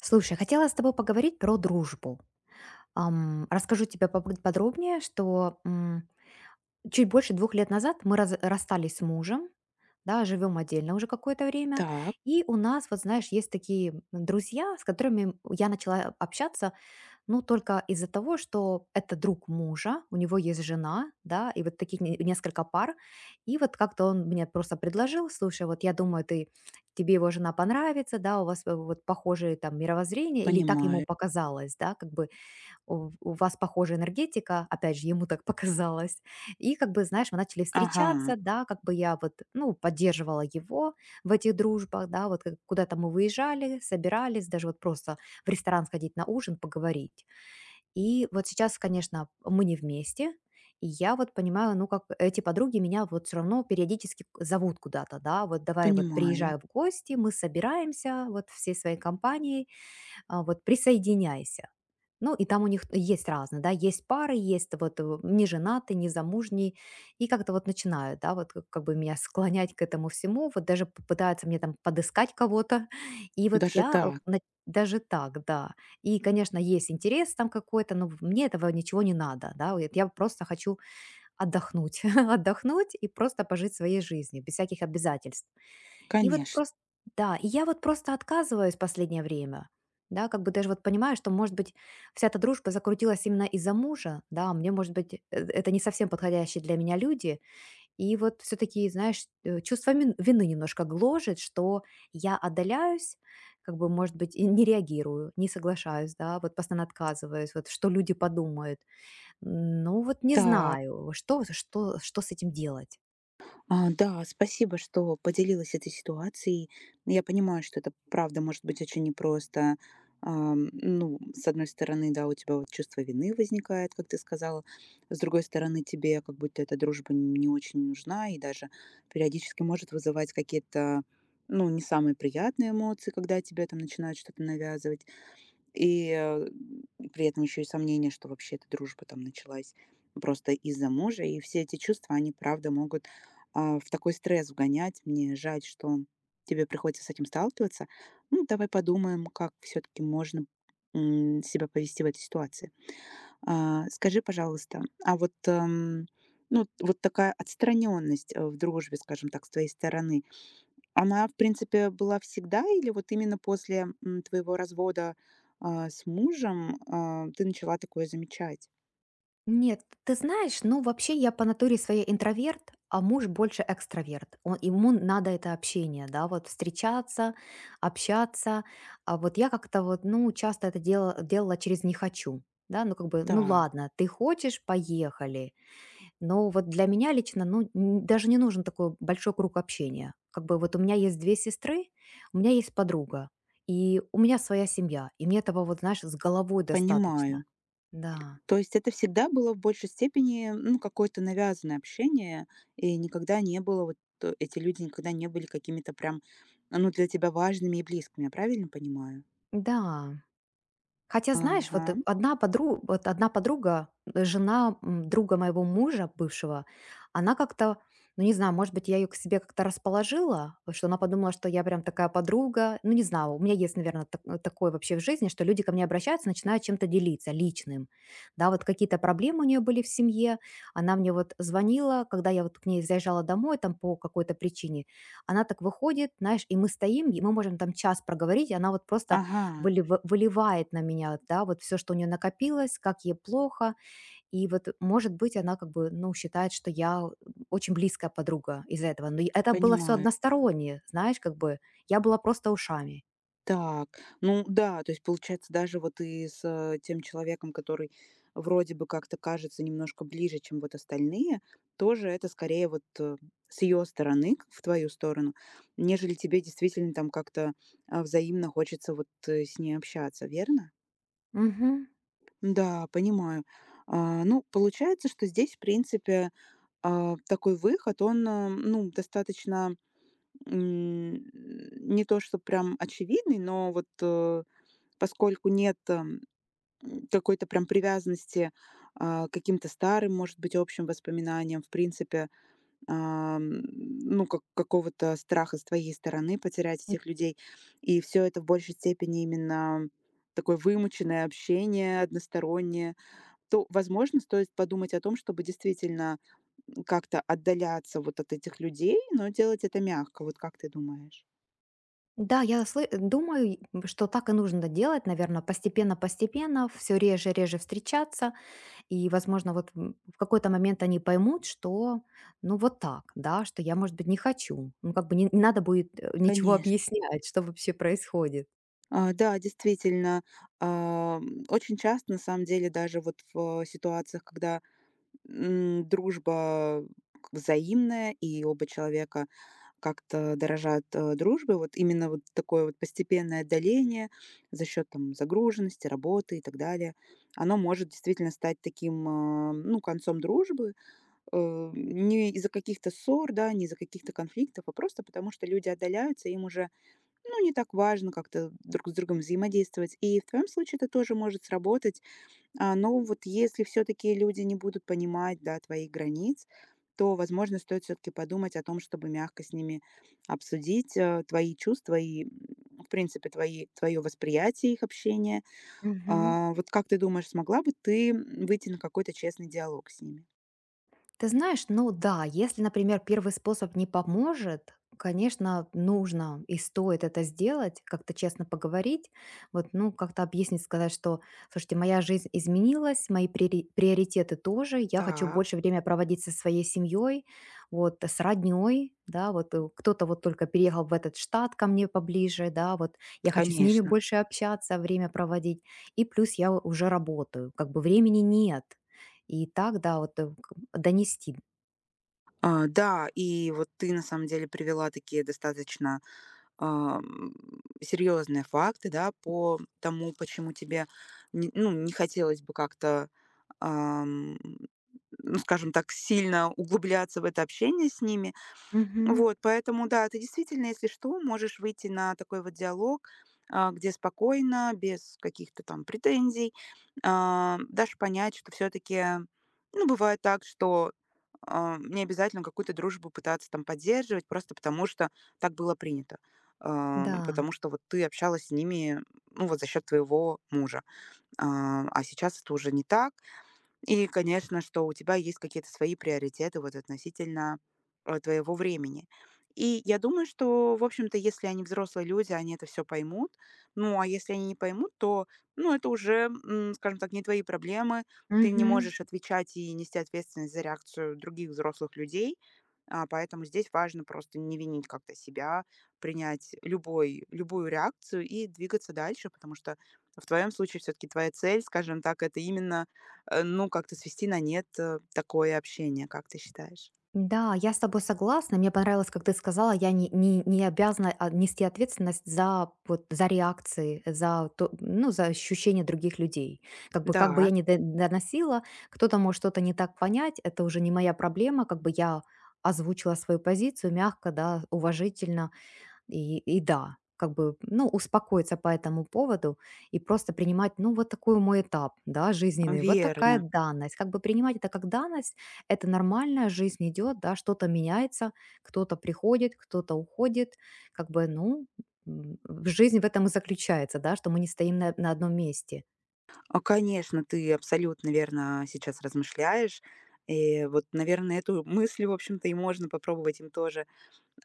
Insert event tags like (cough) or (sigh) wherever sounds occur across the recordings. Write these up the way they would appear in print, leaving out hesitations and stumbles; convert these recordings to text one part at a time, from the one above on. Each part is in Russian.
Слушай, хотела с тобой поговорить про дружбу. Расскажу тебе подробнее, что чуть больше двух лет назад мы расстались с мужем, да, живем отдельно уже какое-то время, Так, и у нас, вот знаешь, есть такие друзья, с которыми я начала общаться, ну, только из-за того, что это друг мужа, у него есть жена, да, и вот таких несколько пар. И вот как-то он мне просто предложил: слушай, вот я думаю, тебе его жена понравится, да, у вас вот похожие там мировоззрение, или так ему понимаю. показалось, да, как бы у, у вас похожая энергетика, опять же, ему так (laughs) показалось. И как бы, знаешь, мы начали встречаться, Ага, да, как бы я вот, ну, поддерживала его в этих дружбах, да, вот куда-то мы выезжали, собирались, даже вот просто в ресторан сходить на ужин, поговорить. И вот сейчас, конечно, мы не вместе, и я вот понимаю, ну, как эти подруги меня вот все равно периодически зовут куда-то, да, вот давай, вот понимаю. приезжаю в гости, мы собираемся вот всей своей компанией, вот присоединяйся. Ну, и там у них есть разные, да, есть пары, есть вот неженатый, незамужний, и как-то вот начинают, да, вот как бы меня склонять к этому всему, вот даже пытаются мне там подыскать кого-то, (laughs) и вот Даже я так, даже так, да, и, конечно, есть интерес там какой-то, но мне этого ничего не надо, да, вот я просто хочу отдохнуть, (laughs) отдохнуть и просто пожить своей жизнью без всяких обязательств. И вот конечно. просто, да, и я вот просто отказываюсь в последнее время. Да, как бы даже вот понимаю, что, может быть, вся эта дружба закрутилась именно из-за мужа, да, а мне, может быть, это не совсем подходящие для меня люди. И вот все-таки, знаешь, чувство вины немножко гложет, что я отдаляюсь, как бы, может быть, и не реагирую, не соглашаюсь, да, вот постоянно отказываюсь, вот что люди подумают. Ну вот не Так, знаю, что с этим делать. Да, спасибо, что поделилась этой ситуацией. Я понимаю, что это правда может быть очень непросто. Ну, с одной стороны, да, у тебя вот чувство вины возникает, как ты сказала. С другой стороны, тебе как будто эта дружба не очень нужна и даже периодически может вызывать ну, не самые приятные эмоции, когда тебе там начинают что-то навязывать. И при этом еще и сомнение, что вообще эта дружба там началась просто из-за мужа. И все эти чувства, они правда могут, в такой стресс вгонять. Мне жаль, что тебе приходится с этим сталкиваться. Ну, давай подумаем, как все-таки можно себя повести в этой ситуации. Скажи, пожалуйста, а вот, ну, вот такая отстраненность в дружбе, скажем так, с твоей стороны, она, в принципе, была всегда или вот именно после твоего развода с мужем, ты начала такое замечать? Нет, ты знаешь, ну вообще я по натуре своей интроверт, а муж больше экстраверт. Ему надо это общение, да, вот встречаться, общаться. А вот я как-то вот, ну, часто это делала, делала через «не хочу». Да, ну как бы, ну Так, ладно, ты хочешь, поехали. Но вот для меня лично, ну, даже не нужен такой большой круг общения. Как бы вот у меня есть две сестры, у меня есть подруга, и у меня своя семья, и мне этого вот, знаешь, с головой достаточно. понимаю. Да, То есть это всегда было в большей степени, ну, какое-то навязанное общение, и никогда не было эти люди никогда не были какими-то прям, ну, для тебя важными и близкими, я правильно понимаю? да. Хотя, знаешь, вот, Ага, одна подруга, жена, друга моего мужа бывшего, она как-то, ну, не знаю, может быть, я ее к себе как-то расположила, вот что она подумала, что я прям такая подруга. Ну, не знаю, у меня есть, наверное, такое вообще в жизни, что люди ко мне обращаются, начинают чем-то делиться личным. Да, вот какие-то проблемы у нее были в семье. Она мне вот звонила, когда я вот к ней заезжала домой там по какой-то причине. Она так выходит, знаешь, и мы стоим, и мы можем там час проговорить, и она вот просто ага, выливает на меня, да, вот все, что у нее накопилось, как ей плохо. И вот, может быть, она как бы, ну, считает, что я очень близкая подруга из-за этого. Но и это было все понимаю. одностороннее, знаешь, как бы я была просто ушами. Так, ну да, то есть получается даже вот и с тем человеком, который вроде бы как-то кажется немножко ближе, чем вот остальные, тоже это скорее вот с ее стороны, в твою сторону, нежели тебе действительно там как-то взаимно хочется вот с ней общаться, верно? Мгм. Да, понимаю. Ну, получается, что здесь, в принципе, такой выход, он, ну, достаточно, м, не то что прям очевидный, но поскольку нет какой-то прям привязанности к каким-то старым, может быть, общим воспоминаниям, в принципе, ну, как какого-то страха с твоей стороны потерять этих людей. И все это в большей степени именно такое вымученное общение одностороннее, то, возможно, стоит подумать о том, чтобы действительно, как-то отдаляться вот от этих людей, но делать это мягко. Вот как ты думаешь? Да, я слы думаю, что так и нужно делать, наверное, постепенно-постепенно, все реже-реже встречаться. И, возможно, вот в какой-то момент они поймут, что, ну, вот так, да, что я, может быть, не хочу. Ну, как бы не надо будет ничего Конечно. объяснять, что вообще происходит. Да, действительно, очень часто, на самом деле, даже вот в ситуациях, когда дружба взаимная и оба человека как-то дорожат дружбой, вот именно вот такое вот постепенное отдаление за счет там загруженности, работы и так далее, оно может действительно стать таким, ну, концом дружбы, не из-за каких-то ссор, да, не из-за каких-то конфликтов, а просто потому, что люди отдаляются, им уже ну, не так важно как-то друг с другом взаимодействовать. И в твоем случае это тоже может сработать. Но вот если все-таки люди не будут понимать, да, твоих границ, то, возможно, стоит все-таки подумать о том, чтобы мягко с ними обсудить твои чувства и, в принципе, твое восприятие их общения. Мгм. Вот как ты думаешь, смогла бы ты выйти на какой-то честный диалог с ними? Ты знаешь, ну да, если, например, первый способ не поможет, конечно, нужно и стоит это сделать, как-то честно поговорить, вот, ну, как-то объяснить, сказать, что, слушайте, моя жизнь изменилась, мои приоритеты тоже, я хочу Так, больше время проводить со своей семьей, вот, с родней, да, вот кто-то вот только переехал в этот штат ко мне поближе, да, вот я хочу с ними конечно. больше общаться, время проводить, и плюс я уже работаю, как бы времени нет, и так, да, вот, э, к донести. Да, и вот ты на самом деле привела такие достаточно ам, серьезные факты, да, по тому, почему тебе, ну, не хотелось бы как-то, ам, ну, скажем так, сильно углубляться в это общение с ними, Мгм. вот, поэтому да, ты действительно, если что, можешь выйти на такой вот диалог, где спокойно, без каких-то там претензий, дашь понять, что все-таки, ну, бывает так, что не обязательно какую-то дружбу пытаться там поддерживать, просто потому что так было принято. А, Да. Потому что вот ты общалась с ними, ну вот за счет твоего мужа. А сейчас это уже не так. И, конечно, что у тебя есть какие-то свои приоритеты вот относительно твоего времени. И я думаю, что, в общем-то, если они взрослые люди, они это все поймут. Ну, а если они не поймут, то, ну, это уже, скажем так, не твои проблемы. Ты не Мгм. можешь отвечать и нести ответственность за реакцию других взрослых людей. Поэтому здесь важно просто не винить как-то себя, принять любой любую реакцию и двигаться дальше, потому что в твоем случае все таки твоя цель, скажем так, это именно, ну, как-то свести на нет такое общение, как ты считаешь? Да, я с тобой согласна. Мне понравилось, как ты сказала, я не обязана, нести ответственность за вот за реакции, за то, ну, за ощущения других людей. Как бы я Да, ни до доносила, кто-то может что-то не так понять, это уже не моя проблема. Как бы я озвучила свою позицию мягко, да, уважительно. И да, как бы, ну, успокоиться по этому поводу и просто принимать, ну, вот такой мой этап, да, жизненный, вот такая верно. данность. Как бы принимать это как данность, это нормальная жизнь идет, да, что-то меняется, кто-то приходит, кто-то уходит, как бы, ну, м, жизнь в этом и заключается, да, что мы не стоим на одном месте. Конечно, ты абсолютно верно сейчас размышляешь. И вот, наверное, эту мысль, в общем-то, и можно попробовать им тоже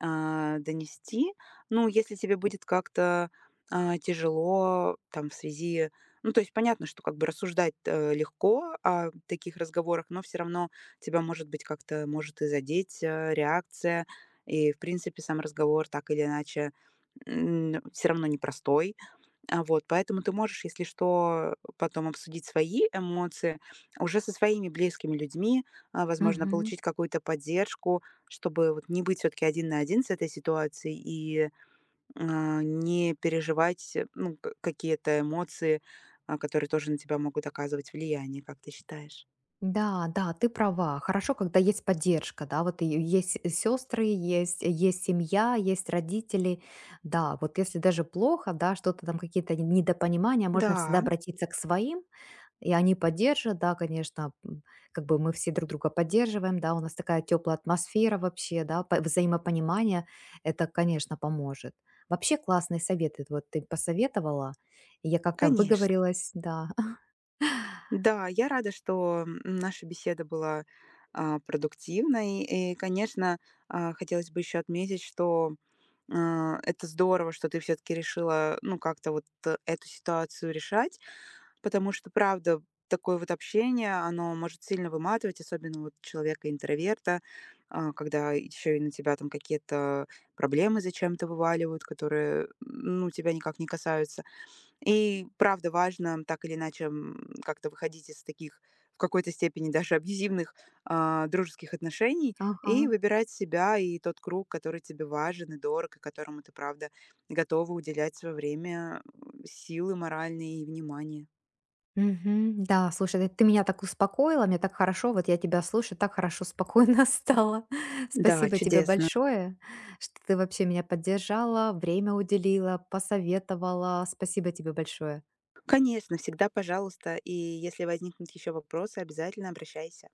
донести. Ну, если тебе будет как-то тяжело там в связи ну, то есть понятно, что как бы рассуждать легко о таких разговорах, но все равно тебя, может быть, как-то может и задеть реакция. И, в принципе, сам разговор так или иначе, все равно непростой. Вот, поэтому ты можешь, если что, потом обсудить свои эмоции уже со своими близкими людьми, возможно, получить какую-то поддержку, чтобы вот не быть все-таки один на один с этой ситуацией и не переживать ну, какие-то эмоции, которые тоже на тебя могут оказывать влияние, как ты считаешь? Да, да, ты права. Хорошо, когда есть поддержка, да, вот и есть сестры, есть семья, есть родители. Да, вот если даже плохо, да, что-то там какие-то недопонимания, можно всегда Да, обратиться к своим, и они поддержат, да, конечно, как бы мы все друг друга поддерживаем, да, у нас такая теплая атмосфера вообще, да, взаимопонимание, это, конечно, поможет. Вообще классные советы, вот ты посоветовала, и я как-то конечно. выговорилась, да. (laughs) Да, я рада, что наша беседа была продуктивной. И, конечно, хотелось бы еще отметить, что это здорово, что ты все-таки решила, ну, как-то эту ситуацию решать, потому что, правда, такое вот общение, оно может сильно выматывать, особенно вот человека-интроверта, когда еще и на тебя там какие-то проблемы зачем-то вываливают, которые, ну, тебя никак не касаются. И правда важно так или иначе, как-то выходить из таких, в какой-то степени даже абьюзивных, дружеских отношений Ага. и выбирать себя и тот круг, который тебе важен и дорог, и которому ты, правда, готова уделять свое время, силы моральные и внимание. Мгм. Да, слушай, да ты меня так успокоила, мне так хорошо, вот я тебя слушаю, так хорошо, спокойно (laughs) стало. Да, Спасибо тебе чудесно. большое, что ты вообще меня поддержала, время уделила, посоветовала. Спасибо тебе большое. Конечно, всегда пожалуйста. И если возникнут еще вопросы, обязательно обращайся.